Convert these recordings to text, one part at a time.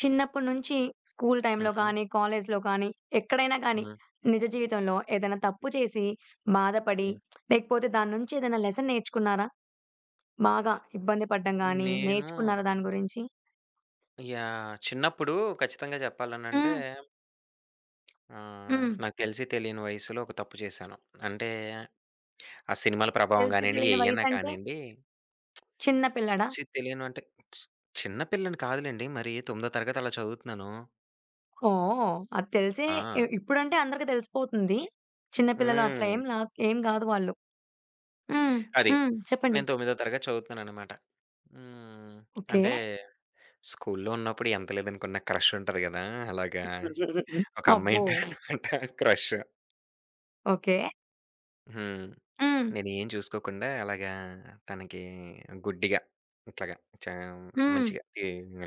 చిన్నప్పటి నుంచి స్కూల్ టైంలో హుహు. గానీ, కాలేజ్‌లో గానీ, ఎక్కడైనా గానీ, హ్మ్. నిజ జీవితంలో ఏదైనా తప్పు చేసి బాధపడి, హ్మ్. లేకపోతే దాని నుంచి ఏదైనా లెసన్ నేర్చుకున్నారా? బాగా ఇబ్బంది పడ్డం గానీ, నేను నేర్చుకున్నారా దాని గురించి? చిన్నప్పుడు ఖచ్చితంగా చెప్పాలనంటే హ్మ్. హ్మ్. నాకు తెలిసి తెలియని వయసులో ఒక తప్పు చేశాను. అంటే ఆ సినిమాల ప్రభావం తెలిసి గానియండి, తెలియని ఏయన్నా వయసంటే కానియండి, చిన్న పిల్లడా? తెలియను అంటే చి చిన్న పిల్లని కాదులెండి. మరి తొమ్మిదో తరగతి అలా చదువుతున్నాను. ఓహ్! అది తెలిసే ఆ! ఇప్పుడంటే అందరికి తెలిసిపోతుంది. చిన్న పిల్లలు అట్లా హ్మ్. ఏం గాదు వాళ్ళు. హ్మ్. అది. హ్మ్. చెప్పండి. నేను తొమ్మిదో తరగతి చదువుతున్నాననమాట. హ్మ్. ఓకే. అంటే స్కూలులో ఉన్నప్పుడు ఎంత లేదనుకున్న క్రష్ ఉంటది గదా! అలాగా ఒక అమ్మాయి అబ్బో! ఉంటదనమాట క్రష్. ఓకే. హ్మ్. హ్మ్. నేనేం చూసుకోకుండా అలాగా తనకి గుడ్డిగా ఇట్లాగా చా హ్మ్. మంచిగా ఈ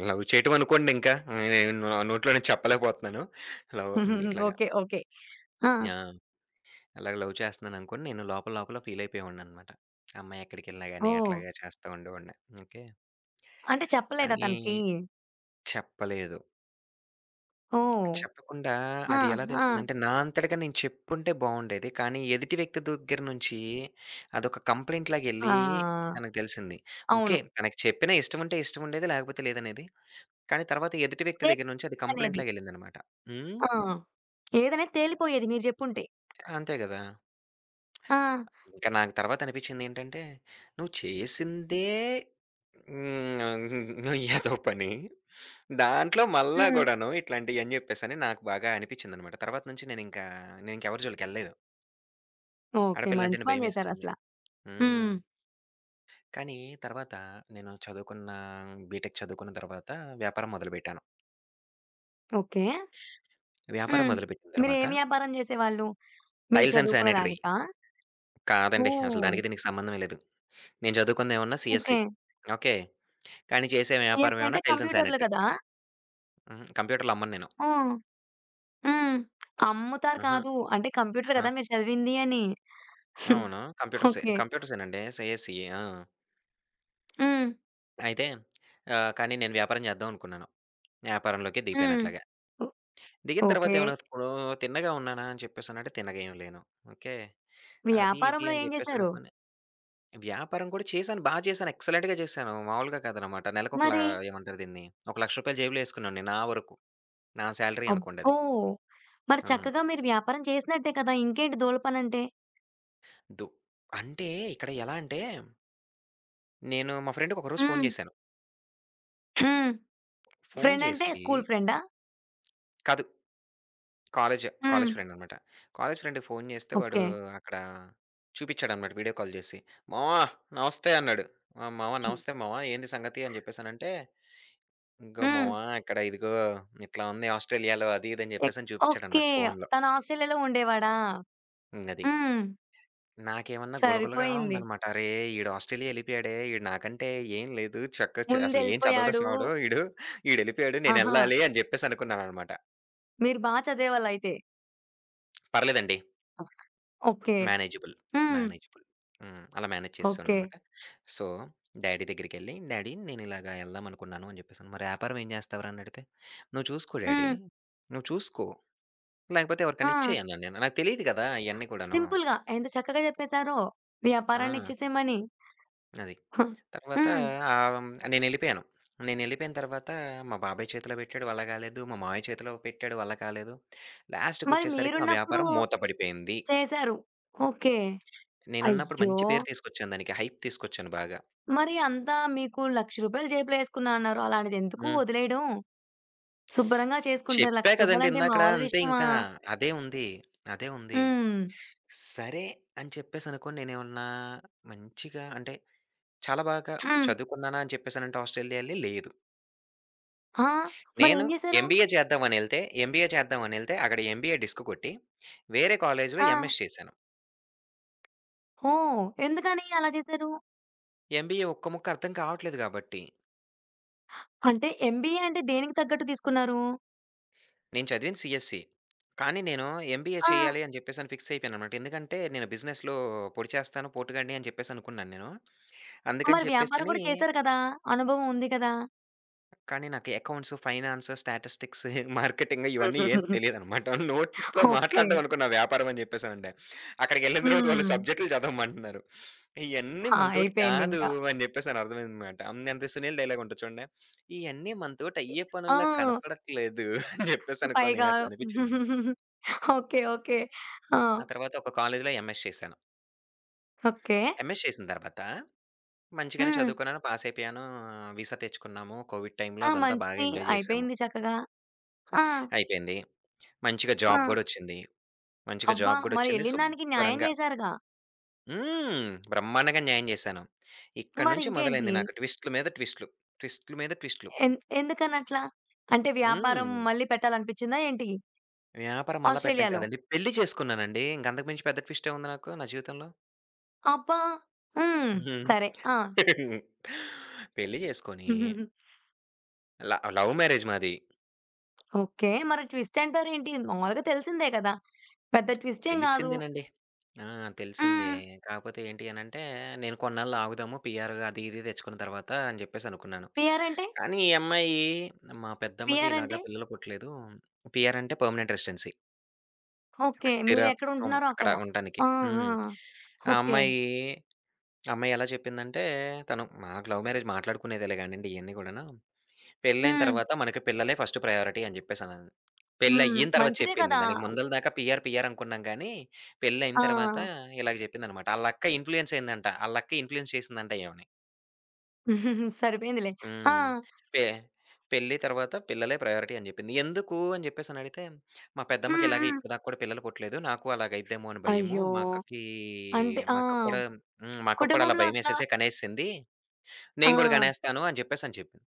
లవ్ చేయటం అనుకోండి ఇంకా. నేను నోట్లో నుంచి చెప్పలేకపోతున్నాను. లవ్ ఇట్లాగా ఓకే. ఓకే. ఆ! ఆ! అలాగ లవ్ చేస్తున్నాననుకోని నేను లోపల లోపల ఫీల్ అయిపోయేవాడిననమాట. అమ్మాయి ఎక్కడికెళ్ళినా గాని ఓహ్! అట్లాగా చేస్తా ఉండేవాడిని. ఓకే. అంటే చెప్పలేదా కానీ తనకి? చెప్పలేదు. ఓహ్! చెప్పకుండా ఆ! అది ఎలా ఆ! తెలిసిందంటే, నా అంతటగా నేను చెప్పుంటే బావుండేది. కానీ ఎదుటి వ్యక్తి దగ్గర నుంచి అదొక కంప్లెయింట్ లాగెళ్ళి ఆ! తనకు తెలిసింది. అవును. ఓకే. తనకి చెప్పినా ఇష్టముంటే ఇష్టముండేది, లేకపోతే లేదనేది. కానీ తర్వాత ఎదుటి వ్యక్తి దగ్గర నుంచి అది కంప్లెయింట్ తేలిపోయేదనేది. లాగెళ్ళిందనమాట. హ్మ్. ఆ! ఏదనేది తేలిపోయేది మీరు జెప్పుంటే. అంతే గదా! ఆ! ఇంకా నాకు తర్వాత అనిపిచ్చిందేంటంటే, నువ్వు చేసిందే హ్మ్. ఏదో పని. దాంట్లో మళ్ళా హ్మ్. గూడాను ఇట్లాంటియని జెప్పేసని నాకు బాగా అనిపిచ్చిందనమాట. తర్వాత నుంచి నేనింకెవరి జోలికెళ్ళలేదు. ఓకే. మంచి ఆడపిల్లంటేనే పని భయమేసింది. జేశారసల. హ్మ్. హ్మ్. కానీ తర్వాత నేను చదువుకున్న బీటెక్ చదువుకున్న తర్వాత వ్యాపారం మొదలుపెట్టాను. ఓకే. వ్యాపారం హ్మ్. మొదలుపెట్టిన తర్వాత మీరేం వ్యాపారం జేసేవాళ్ళు? మీరు టైల్స్ అండ్ శానిటరీ చదువుకోడానికా? కాదండి. అసలు ఓహ్! దానికి దీనికి సంబంధమే లేదు. నేను చదువుకుందేమన్నా ఓకే. సీఎస్‌సి. ఓకే. కానీ చేసే వ్యాపారం సీఎస్‌సి అంటే ఏమన్నా టైల్స్ అండ్ కంప్యూటర్లు శానిటరీ. గదా! హుహు. కంప్యూటర్‌లు అమ్మను నేను. ఆ! హ్మ్. అమ్ముతారు ఆహా! కాదు. అంటే కంప్యూటర్ ఆ! గదా! మీరు చదివింది అని. అవును. కంప్యూటర్సే. ఓకే. కంప్యూటర్సేనండి. సీఎస్‌సియే. ఆ! హ్మ్. అయితే కానీ నేను వ్యాపారం చేద్దాం అనుకున్నాను. వ్యాపారంలోకే దిగిపోయాను హ్మ్. అట్లాగా. ఓ దిగిన తర్వాత ఓకే. ఏమన్నా ఇప్పుడు తిన్నగా ఉన్నానా అని చెప్పేసనంటే తిన్నగా ఏమి లేను. ఓకే. అది, ఇది వ్యాపారంలో అని ఏం జేశారు? జెప్పేసనుకోని వ్యాపారం కూడా చేశాను. బా చేశాను. ఎక్సలెంట్‌గా చేశాను. మామూలుగా కాదనమాట. నెలకొక లా మరి? ఏమంటారు దీన్ని? ఒక రూ. 1,00,000 జేబులో యేసుకున్నాను నేను నా వరకు. నా శాలరీ అనుకోండి అబ్బో! అది. మరి హ్మ్. చక్కగా మీరు వ్యాపారం చేసినట్టే కదా! ఇంకేంటి దోలపనంటే? దు అంటే ఇక్కడ ఎలా అంటే, నేను మా ఫ్రెండ్‌కి ఒకరోజు ఫోను హ్మ్. జేశాను. హ్మ్. ఫోను ఫ్రెండ్ అంటే చేసి స్కూల్ ఫ్రెండా? కాదు. కాలేజ్, హ్మ్. కాలేజ్ ఫ్రెండ్ అనమాట. కాలేజ్ ఫ్రెండ్‌కి ఫోను చేస్తే వాడు ఓకే. అక్కడ చూపిచ్చాడనమాట వీడియో కాల్ జేసి. "మామ నమస్తే" అన్నాడు. ఆ! "మామ హ్మ్. నమస్తే మామ ఏంది సంగతి" అని జెప్పేసనంటే ఇంకో హ్మ్. మామ అక్కడ ఇదిగో ఇట్లా ఉంది ఆస్ట్రేలియాలో అది ఇది అని ఎక్ చెప్పేసని ఓకే. చూపించాడన్నమాట ఫోన్‌లో. తను ఆస్ట్రేలియాలో ఉండేవాడా? హ్మ్. అది. హ్మ్. నాకేమన్నా గులగులగా సరిపోయింది. ఉందన్నమాట. అరే! ఈడు ఆస్ట్రేలియా ఎళ్ళిపోయాడే. ఈడు నాకంటే ఏం లేదు. చక్క చ అసలు ఏం చదవడం చదవడు ముందెళ్ళిపోయాడు. సావడు ఈడు. ఈడెళ్ళిపోయాడు ఆహా! నేనెళ్ళాలి అని చెప్పేసి అనుకున్నానన్నమాట. మీరు బా చదివేవాళ్ళయితే. పర్లేదండి. ఓకే. మేనేజబుల్. హ్మ్. మేనేజబుల్. హ్మ్. అలా మేనేజ్ ఓకే. చేసేసానన్నమాట. సో, డ్యాడీ దగ్గరికెళ్ళి, "డ్యాడీ నేనిలాగా ఎళ్దామనుకున్నాను" అని చెప్పేసని. "మరి యాపారం ఏం చేస్తావురా?" అని అడిగితే, "నువ్వు చూసుకో డ్యాడీ. హ్మ్. నువ్వు చూసుకో." లేకపోతే ఎవరికన్నా ఆ! ఇచ్చేయనండి నేను. నాకు తెలీదు కదా! అయన్నీ కూడాను. సింపుల్‌గా ఎంత చక్కగా చెప్పేశారో! ఆ! వ్యాపారాన్నిచ్చేసేయమని. అది. తర్వాత హ్మ్. ఆహ్, నేనెళ్ళిపోయాను. నేనెళ్ళిపోయిన తర్వాత మా బాబాయ్ చేతిలో పెట్టాడు వల్ల కాలేదు. మా మావయ్య చేతిలో పెట్టాడు వల్ల కాలేదు. మరి లాస్ట్‌కొచ్చేసరికి ఆ మీరున్నప్పుడు వ్యాపారం మూత పడిపోయింది. చేశారు. ఓకే. నేనున్నప్పుడు అయ్యో! మంచి పేరు తీసుకొచ్చాను దానికి. హైప్ తీసుకొచ్చాను బాగా. మరి అంతా మీకు రూ. 1,00,000 జేబులో ఏసుకున్నా అన్నారు. అలాంటిదెందుకు హ్మ్. వదిలేయడం? శుభ్రంగా చేసుకుంటారు. రూ. చెప్పా 1,00,000 కదండీ అంటే ఇందాకడ. మామూలు అంతే విషయమా? ఇంకా. అదే ఉంది. అదే ఉంది. హ్మ్. సరే అని చెప్పేసనుకోని నేనేమన్నా మంచిగా అంటే చాలా బాగా హ్మ్. చదువుకున్నానా అని చెప్పేసనంటే ఆస్ట్రేలియా ఎళ్ళి లేదు. ఆ! నేను మరేం జేశారు? ఎంబీఏ చేద్దామనెళ్తే, ఎంబీఏ చేద్దామనెళ్తే అక్కడ ఎంబీఏ డిస్క్ కొట్టి, వేరే కాలేజ్‌లో ఆ! ఎంఎస్ చేశాను. ఓహ్! ఎందుకని అలా చేశారు? ఎంబీఏ ఒక్క ముక్క అర్థం కావట్లేదు గాబట్టి, అంటే ఎంబీఏ అంటే దేనికి తగ్గట్టు తీసుకున్నారు? నేను చదివింది సీఎస్‌సి. కానీ నేను ఎంబీఏ ఆ! చేయాలి అని చెప్పేసని ఫిక్స్ అయిపోయాననమాట. ఎందుకంటే నేను బిజినెస్‌లో పొడిచేస్తాను, పోటుగాడిని అని చెప్పేసనుకున్నాను నేను. అందుకని మరి వ్యాపారం చెప్పేసని గూడా చేశారు కదా! అనుభవం ఉంది కదా! కానీ నాకు అకౌంట్స్, ఫైనాన్స్, స్టాటిస్టిక్స్, మార్కెటింగ్ ఇవన్నీ ఏం తెలీదనమాట. నోటితో ఓకే. మాట్లాడడం అనుకో నా వ్యాపారం అని జెప్పేసనంటే. అక్కడికెళ్ళిన తర్వాత వాళ్ళు హ్మ్. సబ్జెక్టులు చదవమంటున్నారు. ఇయన్నీ ఆ! మనతోటి కాదు అయిపోయిందింకా. అని జెప్పేసని అర్థమైందనమాట. హ్మ్. ఎంత సునీల్ డైలాగ్ ఉంటది చూడండి. "ఇయన్నీ మనతోటి అయ్యే పనుల్లా ఆ! కనపడట్లేదు" అని జెప్పేసనుకోని పైగా అట్లా అనిపిచ్చిందండి. ఓకే. ఓకే. ఆ! ఆ తర్వాత ఒక కాలేజీలో ఎంఎస్ చేశాను. ఓకే. ఎంఎస్ చేసిన తర్వాత మంచిగానే హ్మ్. చదువుకున్నాను. పాస్ అయిపోయాను. వీసా తెచ్చుకున్నాము. కోవిడ్ టైమ్‌లో ఆ! అదంతా బాగా మంచిది. ఎంజాయ్ జేశాము. అయిపోయింది చక్కగా. ఆ! అయిపోయింది. మంచిగా జాబ్ ఆ! గూడొచ్చింది. మంచిగా అబ్బా! జాబ్ మరి గూడొచ్చింది. ఎళ్ళినదానికి న్యాయం శుభ్రంగా చేశారుగా. హ్మ్. బ్రహ్మాండంగా న్యాయం జేశాను. ఇక్కడి నుంచి మరింకేంటి? మొదలైంది నాకు ట్విస్ట్‌ల మీద ట్విస్ట్‌లు. ట్విస్ట్‌ల మీద ట్విస్ట్‌లు. ఎందుకనట్లా? అంటే వ్యాపారం హ్మ్. మళ్ళీ పెట్టాలనిపించిందా ఏంటి వ్యాపారం మళ్ళా పెట్టడం ఆస్ట్రేలియాలో? కాదండి. పెళ్లి చేసుకున్నానండి. ఇంక అంతకు మించి పెద్ద ట్విస్ట్ ఏముంది నాకు నా జీవితంలో. అబ్బా! హ్మ్. సరే. ఆ! మ్మ్. పెళ్లి చేసుకొని లవ్ మ్యారేజ్ మాది. ఓకే. మరి ట్విస్ట్ అంటారేంటి? మామూలుగా తెలిసిందే కదా! పెద్ద ట్విస్టేం గాదు. తెలిసిందేనండి. ఆ! తెలిసిందే. హ్మ్. కాకపోతే ఏంటి అనంటే, నేను కొన్నాళ్ళు ఆగుదాము పీఆర్ అది ఇది తెచ్చుకున్న తర్వాత అని జెప్పేసి అనుకున్నాను. పీఆర్ అంటే? కానీ ఈ అమ్మాయి మా పెద్దమ్మకి పీఆర్ అంటే? ఇలాగ పిల్లలు పుట్టలేదు. పీఆర్ అంటే పర్మనెంట్ రెసిడెన్సీ. ఓకే. స్థిరత్వం మీరెక్కడుంటున్నారో అక్కడ అక్కడ. ఉండటానికి. ఆ! ఆ! హ్మ్. ఆ ఓకే. అమ్మాయి, ఆ అమ్మాయి ఎలా చెప్పిందంటే, తను మాకు లవ్ మ్యారేజ్ మాట్లాడుకునేదేలే గానండి ఇయన్నీ గూడాను. పెళ్ళైన హ్మ్. తర్వాత మనకి పిల్లలే ఫస్ట్ ప్రయారిటీ అని జెప్పేసనన్నది. హ్మ్. పెళ్లయిన తర్వాత మంచిదే చెప్పింది. కదా! దానికి ముందల దాకా పీఆర్ అనుకున్నాం గానీ, పెళ్లయిన ఆ! తర్వాత ఇలాగ జెప్పిందనమాట. ఆళ్ళక్క ఇన్‌ఫ్లూయెన్స్ అయిందంట. ఆళ్ళక్క ఇన్‌ఫ్లూయెన్స్ చేసిందంట ఈమెని. సరిపోయిందిలే. ఆ! హ్మ్. పె పెళ్లి తర్వాత పిల్లలే ప్రయారిటీ అని జెప్పింది. ఎందుకు అని జెప్పేసనడిగితే, మా హ్మ్. పెద్దమ్మకి ఇలాగే హ్మ్. ఇప్పటిదాకా కూడా పిల్లలు పుట్టలేదు. నాకు అలాగయిద్దేమో అని భయము. అయ్యో! మా అక్కకి అంటే ఆ! మా అక్కకి కూడా హ్మ్. మా అక్కకి కూడా అలా కుటుంబంలో అట్లా భయమేసేసే కనేసింది. ఆ! నేను గూడా గనేస్తాను అని జెప్పేసని చెప్పింది.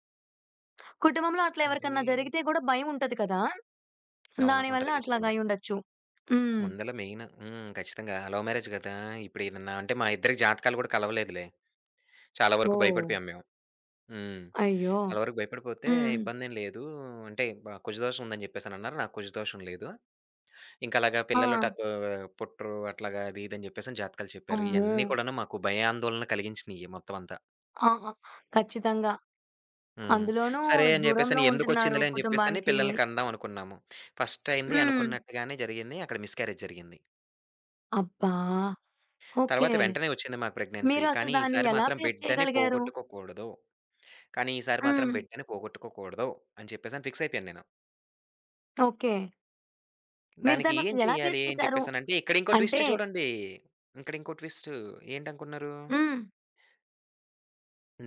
కుటుంబంలో అట్లా ఎవరికన్నా సరే జరిగితే గూడా భయముంటది కదా! అవును. దానివల్ల ఉంటది అట్లాగా ఖచ్చితంగా. అయ్యుండొచ్చు. హ్మ్. ముందల మెయిన్ హ్మ్. ఖచ్చితంగా. లవ్ మ్యారేజ్ గదా! ఇప్పుడేదన్నా అంటే మా ఇద్దరి జాతకాలు గూడా కలవలేదులే. చాలా వరకు ఓహ్! భయపడిపోయాం మేము. హ్మ్. అయ్యో! చాలా వరకు భయపడిపోతే హ్మ్. ఇబ్బందేం లేదు. అంటే కుజ దోషం ఉందని జెప్పేసనన్నారు. నాకు కుజ దోషం లేదు. ఇంకలాగా ఆ! పిల్లలు టక్కు పుట్టరు అట్లాగా అది ఇది అని జెప్పేసని జాతకాలు చెప్పారు. అమ్మో! ఇయన్నీ కూడాను మాకు భయాందోళన కలిగించినియి మొత్తం అంతా. ఆ! ఆ! ఖచ్చితంగా. హ్మ్. అందులోనూ సరే అని దూరంలో జెప్పేసని ఉంటున్నారు ఎందుకొచ్చిందిలే అని జెప్పేసని కుటుంబానికి. పిల్లల్ని కనదాం అనుకున్నాము. ఫస్ట్ టైమ్‌ది హ్మ్. అనుకున్నట్టుగానే జరిగింది. అక్కడ మిస్‌క్యారేజ్ జరిగింది. అబ్బా! ఓకే. తర్వాత వెంటనే వచ్చింది మాకు ప్రెగ్నెన్సీ. మీరు అసలు దాన్ని ఎలా ఫేస్ చేయగలిగారు? కానీ ఈసారి మాత్రం హ్మ్. బిడ్డని పోగొట్టుకోకూడదు అని చెప్పేసని ఫిక్స్ అయిపోయాను నేను. ఓకే. మీరు దానికి ఏం దాన్నసలెలా చేయాలి ఫేస్ అని చేశారు? చెప్పేసనంటే ఇక్కడ ఇంకో అంటే ట్విస్ట్ చూడండి. ఇక్కడ ఇంకో ట్విస్ట్ ఏంటనుకున్నారు? హ్మ్.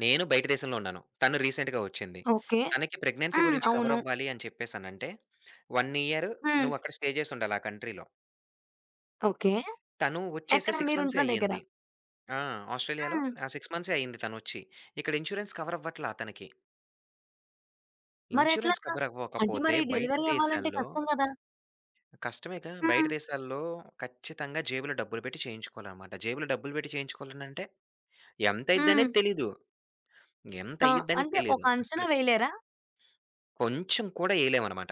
నేను బయట దేశంలో ఉన్నాను. తను రీసెంట్‌గా వచ్చింది. ఓకే. తనకి ప్రెగ్నెన్సీ హ్మ్. గురించి కవర్ అవును. అవ్వాలి అని చెప్పేసనంటే 1 ఇయర్ హ్మ్. నువ్వు అక్కడ స్టే చేసుండాలి ఆ కంట్రీలో. ఓకే. తను వచ్చేసి ఎక్కడ 6 మంత్సే మీరుంటున్న దగ్గర? అయ్యింది. ఆ! ఆస్ట్రేలియాలో హ్మ్. ఆ 6 మంత్సే అయింది తనొచ్చి. ఇక్కడ ఇన్స్యూరెన్స్ కవర్ అవ్వట్లా తనకి. ఇన్స్యూరెన్స్ మరెట్లాగా? కవర్ అంటే అవ్వకపోతే మరి బయట డెలివరీ అవ్వాలంటే దేశాల్లో కష్టం గదా! కష్టమేగా! బయట హ్మ్. దేశాల్లో ఖచ్చితంగా జేబులో డబ్బులు పెట్టి చేయించుకోవాలనమాట. జేబులో డబ్బులు పెట్టి చేయించుకోవాలనంటే హ్మ్. ఎంతయిద్దనేది తెలీదు. ఎంత ఆ! అయ్యిద్దనేది అంటే ఒక తెలీదు అంచనా అస్సలకి. వేయలేరా? కొంచెం కూడా ఎయలేమనమాట.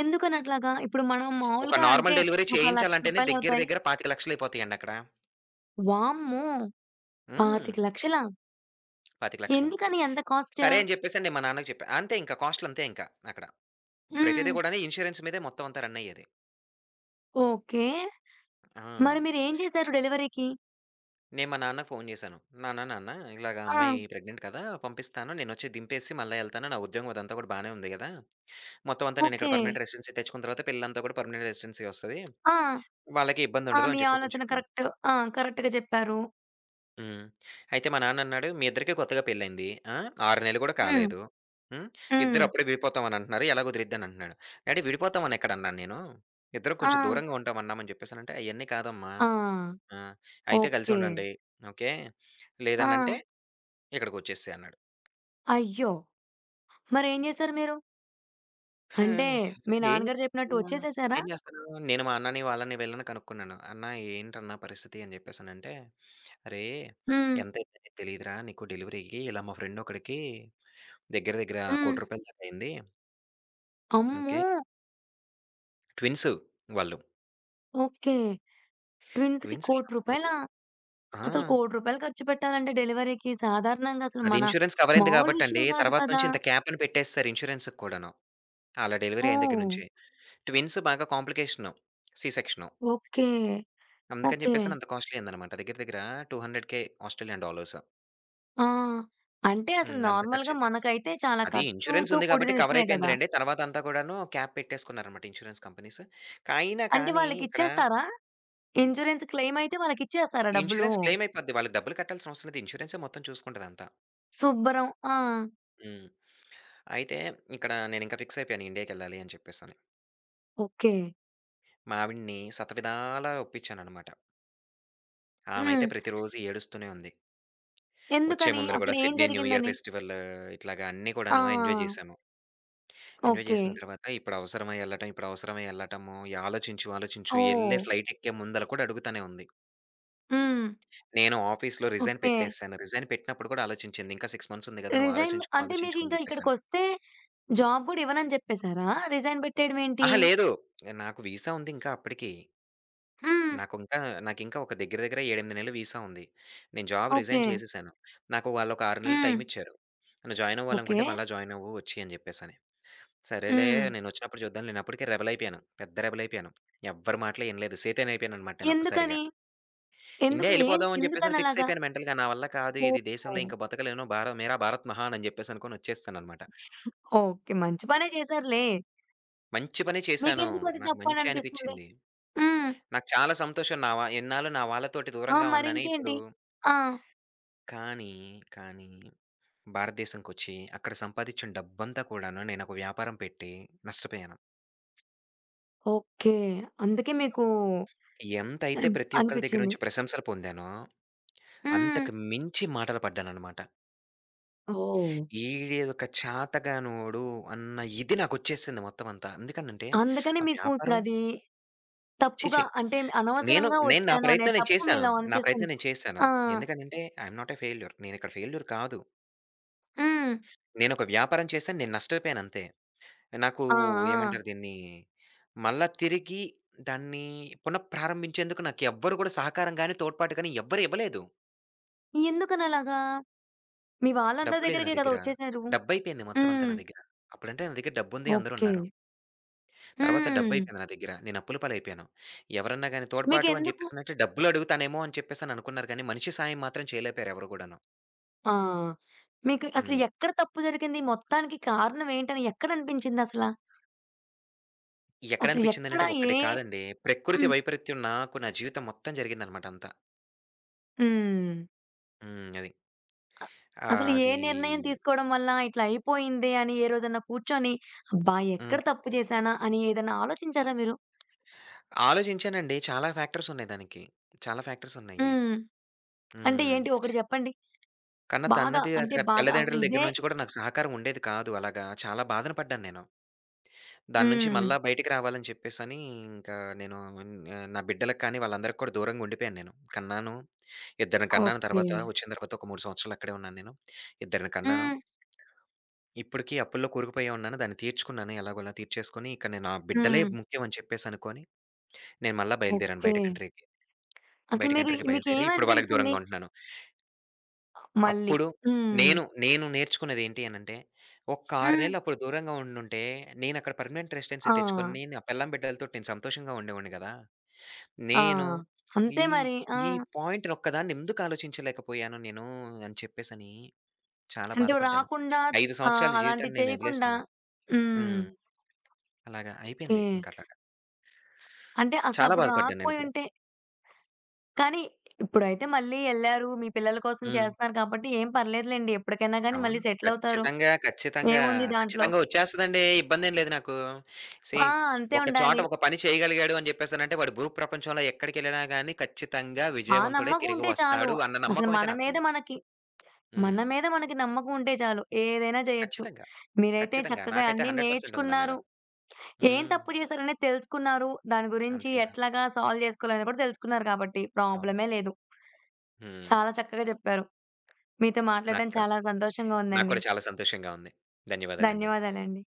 ఎందుకనట్లాగా? ఇప్పుడు మనం ఒక మామూలుగా అంటే నార్మల్ డెలివరీ ఒక రూ. చేయించాలంటేనే దగ్గర 1,00,000 దగ్గర 25,00,000 అయిపోతాయండి అక్కడ. వామ్మో! హ్మ్. 25,00,000 25,00,000 ఎందుకని అంత కాస్ట్? సరే అని జెప్పేసని నేను మా నాన్నకి చెప్పా. అంతే ఇంకా కాస్ట్‌లంతే ఇంకా అక్కడ. హ్మ్. ప్రతిది గూడాను ఇన్స్యూరెన్స్ మీదే మొత్తం అంతా రన్ అయ్యేది. ఓకే. ఆ! మరి మీరేం చేశారు సో డెలివరీకి? నేను మా నాన్నకి ఫోను జేశాను. నాన్న, ఇలాగ ఆ! అమ్మాయి ప్రెగ్నెంట్ కదా! పంపిస్తాను. నేనొచ్చి దింపేసి మళ్ళా ఎళ్తాను. నా ఉద్యోగం అదంతా కూడా బానే ఉంది గదా! మొత్తం అంతా నేనిక్కడ ఓకే. పర్మనెంట్ రెసిడెన్సీ తెచ్చుకున్న తర్వాత పెళ్ళంతా కూడా పర్మనెంట్ రెసిడెన్సీ వస్తది. ఆ! వాళ్ళకి ఆ! ఇబ్బందుండదు మీ అని చెప్పేసని ఆలోచన చెప్పాను. కరెక్ట్. ఆ! కరెక్ట్‌గా చెప్పారు. హ్మ్. అయితే మా నాన్నన్నాడు, "మీ ఇద్దరికీ కొత్తగా పెళ్లయింది. ఆ! 6 నెలలు గూడా హ్మ్. కాలేదు. హ్మ్. హ్మ్. ఇద్దరు అప్పుడే విడిపోతామనంటున్నారు. ఎలా కుదిరిద్దనంటున్నాడు." డాడీ విడిపోతామనెక్కడన్నాను నేను. ఇద్దరం ఆ! కొంచెం దూరంగా ఉంటామన్నామని చెప్పేసనంటే, "అయన్నీ కాదమ్మా! ఆ! ఆ! అయితే ఓకే. కలిసుండండి. ఓకే. ఆ! లేదనంటే ఇక్కడికొచ్చేసేయి" అన్నాడు. అయ్యో! మరేం జేశారు మీరు? అంటే హ్మ్. మీ ఏం నాన్నగారు జెప్పినట్టు జేస్తున్నా? ఒచ్చేసేసారా? ఏం జేస్తారు? నేను మా అన్నని, వాళ్ళని వీళ్ళని కనుక్కున్నాను. "అన్నా ఏంటన్నా పరిస్థితి" అని జెప్పేసనంటే, "అరేయ్! హ్మ్. ఎంతయిందో నీకు తెలీదురా నీకు డెలివరీకి ఇలా మా ఫ్రెండ్ ఒకడికి దగ్గర దగ్గర హ్మ్. రూ. 1,00,00,000 దాకా అయింది. ఓకే. అమ్మో! ట్విన్సు వాళ్ళు. ఓకే. ట్విన్స్‌కి ట్విన్స్ రూ. 1,00,00,000 అయినప్పుడు" ఆ! అసలు రూ. 1,00,00,000 ఖర్చు పెట్టాలంటే డెలివరీకి సాధారణంగా అసలు అది మన ఇన్స్యూరెన్స్ కవర్ అయింది మామూలు గాబట్టండి. విషయం గాదు తర్వాత కదా! నుంచి ఇంత క్యాప్ అని పెట్టేసేసారు ఇన్స్యూరెన్స్‌కి కూడాను. ఆళ్ళ డెలివరీ అయిన దగ్గర ఓహ్! నుంచి. ట్విన్స్ బాగా కాంప్లికేషను. C section. ఓకే. అందుకని ఓకే. జెప్పేసని అంత కాస్ట్‌లీ అయిందనమాట. దగ్గర దగ్గర 200,000 ఆస్ట్రేలియన్ డాలర్స్. ఆ! అంటే అసలు హ్మ్. అంత నార్మల్‌గా ఖర్చయితే మనకైతే చాలా అది ఇన్‌ష్యూరెన్స్ ఖర్చుతో ఉంది కూడిన గాబట్టి కవర్ విషయమే గదా! అయిపోయిందిలెండి. తర్వాత అంతా కూడాను క్యాప్ పెట్టేసుకున్నారనమాట ఇన్‌ష్యూరెన్స్ కంపెనీస్. అయినా అంటే కానీ ఇక్కడ వాళ్ళకిచ్చేస్తారా? ఇన్స్యూరెన్స్ క్లెయిమ్ అయితే వాళ్ళకిచ్చేస్తారా డబ్బులు? ఇన్‌ష్యూరెన్స్ క్లెయిమ్ అయిపోద్ది. వాళ్ళకి డబ్బులు కట్టాల్సిన అవసరం లేదు. ఇన్‌ష్యూరెన్సే మొత్తం చూసుకుంటదంతా. శుభ్రం. ఆ! హ్మ్. అయితే ఇక్కడ నేనింక ఫిక్స్ అయిపోయాను ఇండియాకెళ్ళాలి అని చెప్పేసని. ఓకే. మా ఆవిడని శతవిధాలా ఒప్పించాననమాట. ఆమైతే హ్మ్. ప్రతిరోజు ఏడుస్తూనే ఉంది. వచ్చే ఎందుకని? ముందర అక్కడ గూడా ఏం సిడ్నీ న్యూ ఇయర్ జరిగిందని? ఫెస్టివల్ ఇట్లాగా అన్నీ కూడాను ఎంజాయ్ ఆ! చేశాము. Enjoy okay. చేసిన తర్వాత ఇప్పుడు అవసరమా ఎళ్ళటము, ఆలోచించు, ఎళ్ళే ఓహ్! ఫ్లైట్ ఎక్కే ముందల కూడా అడుగుతానే ఉంది. హ్మ్. నేను ఆఫీస్‌లో రిజైన్ ఓకే. పెట్టేసాను. రిజైన్ పెట్టినప్పుడు కూడా ఆలోచించింది. ఇంకా 6 మంత్స్ ఉంది కదా! నువ్వు రిజైన్ ఆలోచించుకో, అంటే ఆలోచించుకో అని మీకింకా చెప్పేసని. ఇక్కడికొస్తే జాబ్ గూడా ఇవ్వనని చెప్పేసారా? రిజైన్ పెట్టేయడం ఏంటి? అహా! లేదు. నాకు వీసా ఉంది ఇంకా అప్పటికి. హ్మ్. నాకు ఇంకా నాకింకా ఒక దగ్గర దగ్గర 7, 8 నెలలు వీసా ఉంది. నేను జాబ్ ఓకే. రిజైన్ చేసేసాను. నాకు వాళ్ళొక 6 నెలలు హ్మ్. టైమ్ ఇచ్చారు. నువ్వు జాయిన్ ఓకే. అవ్వాలనుకుంటే మళ్ళా జాయిన్ అవ్వు వచ్చి అని చెప్పేసని. సరేలే హ్మ్. నేనొచ్చినప్పుడు చూద్దాం. నేనప్పటికే రెబెలయిపోయాను. పెద్ద రెబెలయిపోయాను. ఎవ్వరి మాటలు ఇనలేదు. సేతనయిపోయాననమాట నేనొక్కసారిగా. ఎందుకని? ఇండియా ఎందుకు ఏం ఎళ్ళిపోదామని చెప్పేసని ఫిక్స్ ఎందుకనలాగా? అయిపోయాను మెంటల్‌గా. నా వల్ల కాదు ఇది దేశంలో ఓహ్! ఇంక బతకలేను. భార మేరా భారత్ మహాన్ అని చెప్పేసనుకోని వచ్చేసాననమాట. ఓకే. మంచి పనే చేశారులే. మంచి పనే చేశాను. మీకెందుకు అది నాకు తప్పు అని మంచే అనిపిస్తుంది? అనిపిచ్చింది. హ్మ్. నాకు చాలా సంతోషం. నా వా ఎన్నాళ్ళు నా వాళ్ళతోటి ఆ! దూరంగా ఉన్నానే ఇప్పుడు మరింకేంటి? ఆ! కానీ, కానీ, భారతదేశంకొచ్చి అక్కడ సంపాదిచ్చిన డబ్బంతా కూడాను నేనొక వ్యాపారం పెట్టి నష్టపోయాను. ఓకే. అందుకే మీకు ఎంతైతే హ్మ్. ప్రతి ఒక్కళ్ళ దగ్గర అనిపిచ్చింది. నుంచి ప్రశంసలు పొందానో హ్మ్. అంతకు మించి మాటలు పడ్డాననమాట. ఓహ్! ఈడొక చాతగానోడు అన్న ఇది నాకొచ్చేసింది మొత్తం అంతా. ఎందుకనంటే, అందుకని ఆ మీకు వ్యాపారం ఇప్పుడది ఛీ! తప్పుగా ఛీ! అంటే నేను అనవసరంగా నేను నా వచ్చాను అనే ప్రయత్నం నేను తప్పు చేశాను. మీలో నా ప్రయత్నం అనిపిస్తుంది. నేను చేశాను. ఆ! ఎందుకనంటే, I am not a failure. నేనిక్కడ ఫెయిల్యూర్ కాదు. హ్మ్. నేనొక వ్యాపారం చేశాను. నేను నష్టపోయాను అంతే. నాకు ఆ! ఆ! ఏమంటారు దీన్ని, మళ్ళా తిరిగి దాన్ని పునఃప్రారంభించేందుకు నాకెవ్వరు గూడా సహకారం గాని, తోడ్పాటు గాని ఎవ్వరు ఇవ్వలేదు. ఎందుకనలాగా? మీ వాళ్ళందరి డబ్బు లేదు నా దగ్గరికే కదా దగ్గర. వచ్చేసారు. డబ్బయిపోయింది మొత్తం అంతా హ్మ్. నా దగ్గర. అప్పుడంటే నా దగ్గర డబ్బుంది. ఓకే. అందరున్నారు. తర్వాత హ్మ్. డబ్బయిపోయింది నా దగ్గర. నేను అప్పుల పాలైపోయాను. ఎవరన్నా గాని తోడ్పాటు అని మీకెందుకు చెప్పేసనంటే డబ్బులడుగుతానేమో అని చెప్పేసని అనుకున్నారు గానీ, మనిషి సాయం మాత్రం చేయలేపోయారు ఎవరు గూడాను. ఆ! మీకు అసలు హ్మ్. ఎక్కడ తప్పు జరిగింది? మొత్తానికి కారణం ఏంటని ఎక్కడ అనిపించిందసల? అసలు ఎక్కడ? ఎక్కడనిపించిందనంటే ఏ ఒక్కటి కాదండి. ప్రకృతి హ్మ్. వైపరీత్యం నాకు నా జీవితం మొత్తం జరిగిందనమాట అంతా. హ్మ్. హ్మ్. అది. అసలు ఏ అది నిర్ణయం తీసుకోవడం వల్ల ఇట్లా అయిపోయిందే అని ఏ రోజన్నా కూర్చొని, అబ్బా! హ్మ్. ఎక్కడ తప్పు చేశానా అని ఏదైనా ఆలోచించారా మీరు? ఆలోచించానండి. చాలా ఫ్యాక్టర్స్ ఉన్నాయి దానికి. చాలా ఫ్యాక్టర్స్ ఉన్నాయి. హ్మ్. అంటే హ్మ్. ఏంటి ఒకటి చెప్పండి. కన్న బాగా తన్నది అంటే క బాగా అసలు తల్లిదండ్రుల దగ్గర ఇదే నుంచి కూడా నాకు సహకారం ఉండేది కాదు అలాగా. చాలా బాధన పడ్డాను నేను. దాని నుంచి హ్మ్. మళ్ళా బయటికి రావాలని చెప్పేసని ఇంకా నేను నా బిడ్డలకి కానీ వాళ్ళందరికి కూడా దూరంగా ఉండిపోయాను నేను. కన్నాను. ఇద్దరిని కన్నాను ఓకే. తర్వాత వచ్చిన తర్వాత ఒక 3 సంవత్సరాలు అక్కడే ఉన్నాను నేను. ఇద్దరిని కన్నాను. హ్మ్. ఇప్పటికి అప్పుల్లో కూరుకుపోయే ఉన్నాను. దాన్ని తీర్చుకున్నాను ఎలాగోలా తీర్చేసుకొని ఇక నేను నా బిడ్డలే హ్మ్. ముఖ్యం అని చెప్పేసి అనుకోని నేను మళ్ళా బయలుదేరాను ఓకే. బయట కంట్రీకి. అసలు బయట మీరు కంట్రీకి బయలుదేరి ఇప్పుడు వాళ్ళకి మీకేమనిపించింది? దూరంగా ఉంటున్నాను. మళ్ళీ. అప్పుడు హ్మ్. నేను నేర్చుకున్నదేంటి అనంటే ఒక్క 6 హ్మ్. నెలలు అప్పుడు దూరంగా ఉండుంటే నేనక్కడ పర్మనెంట్ రెసిడెన్సీ ఆ! తెచ్చుకొని నా పెళ్ళాం బిడ్డలతోటి నేను సంతోషంగా ఉండేవాడిని గదా! ఆ! నేను అంతే ఈ మరి. ఆ! ఈ పాయింట్‌ని ఒక్కదాన్ని ఎందుకు ఆలోచించలేకపోయాను నేను అని చెప్పేసని చాలా అంటే బాధపడ్డాను. రాకుండా 5 ఆహ్, సంవత్సరాల అలాంటివి జీవితాన్ని నేను చేయకుండా వదిలేసుకున్నాను. హ్మ్. హ్మ్. అలాగా ఓకే. అయిపోయింది ఇంకట్లాగా. అంటే చాలా అసలప్పుడు బాధపడ్డాను నేను కూడా. రాకపోయుంటే కానీ ఇప్పుడైతే మళ్ళీ ఎళ్లారు. మీ పిల్లల కోసం హ్మ్. చేస్తున్నారు కాబట్టి ఏం పర్లేదులెండి. ఎప్పటికైనా గానీ అవును. మళ్ళీ సెటిలవుతారు. ఖచ్చితంగా, ఖచ్చితంగా, ఏముంది దాంట్లో? ఖచ్చితంగా వచ్చేస్తదండి. ఇబ్బందేం లేదు నాకు. సీ ఆ! అంతే ఒక చోట ఉండాలి. ఒక పని చేయగలిగాడు అని చెప్పేసనంటే వాడు భూ ప్రపంచంలో ఎక్కడికెళ్ళినా గాని ఖచ్చితంగా ఆ విజయవంతుడై నమ్మకం తిరిగి ఉంటే చాలు. వస్తాడు అన్న అసలు నమ్మకం అయితే మన మీద నాకుంది. మనకి, మన హ్మ్. మీద మనకి నమ్మకం ఉంటే చాలు. ఏదైనా జేయొచ్చు. ఖచ్చితంగా. మీరైతే ఖచ్చితంగా. చక్కగా నాకైతే అన్నీ 100% ఉంది నా మీద. నేర్చుకున్నారు. ఏం హ్మ్. తప్పు చేశారనేది తెలుసుకున్నారు. దాని గురించి అంతే కదా! ఎట్లాగా సాల్వ్ చేసుకోవాలని కూడా తెలుసుకున్నారు కాబట్టి అవును. ప్రాబ్లమే లేదు. హ్మ్. చాలా చక్కగా జెప్పారు. మీతో నాకు మాట్లాడడం కూడా. చాలా సంతోషంగా నాకు ఉందండి. కూడా చాలా సంతోషంగా ఉంది. ధన్యవాదాలండి. ధన్యవాదాలండి.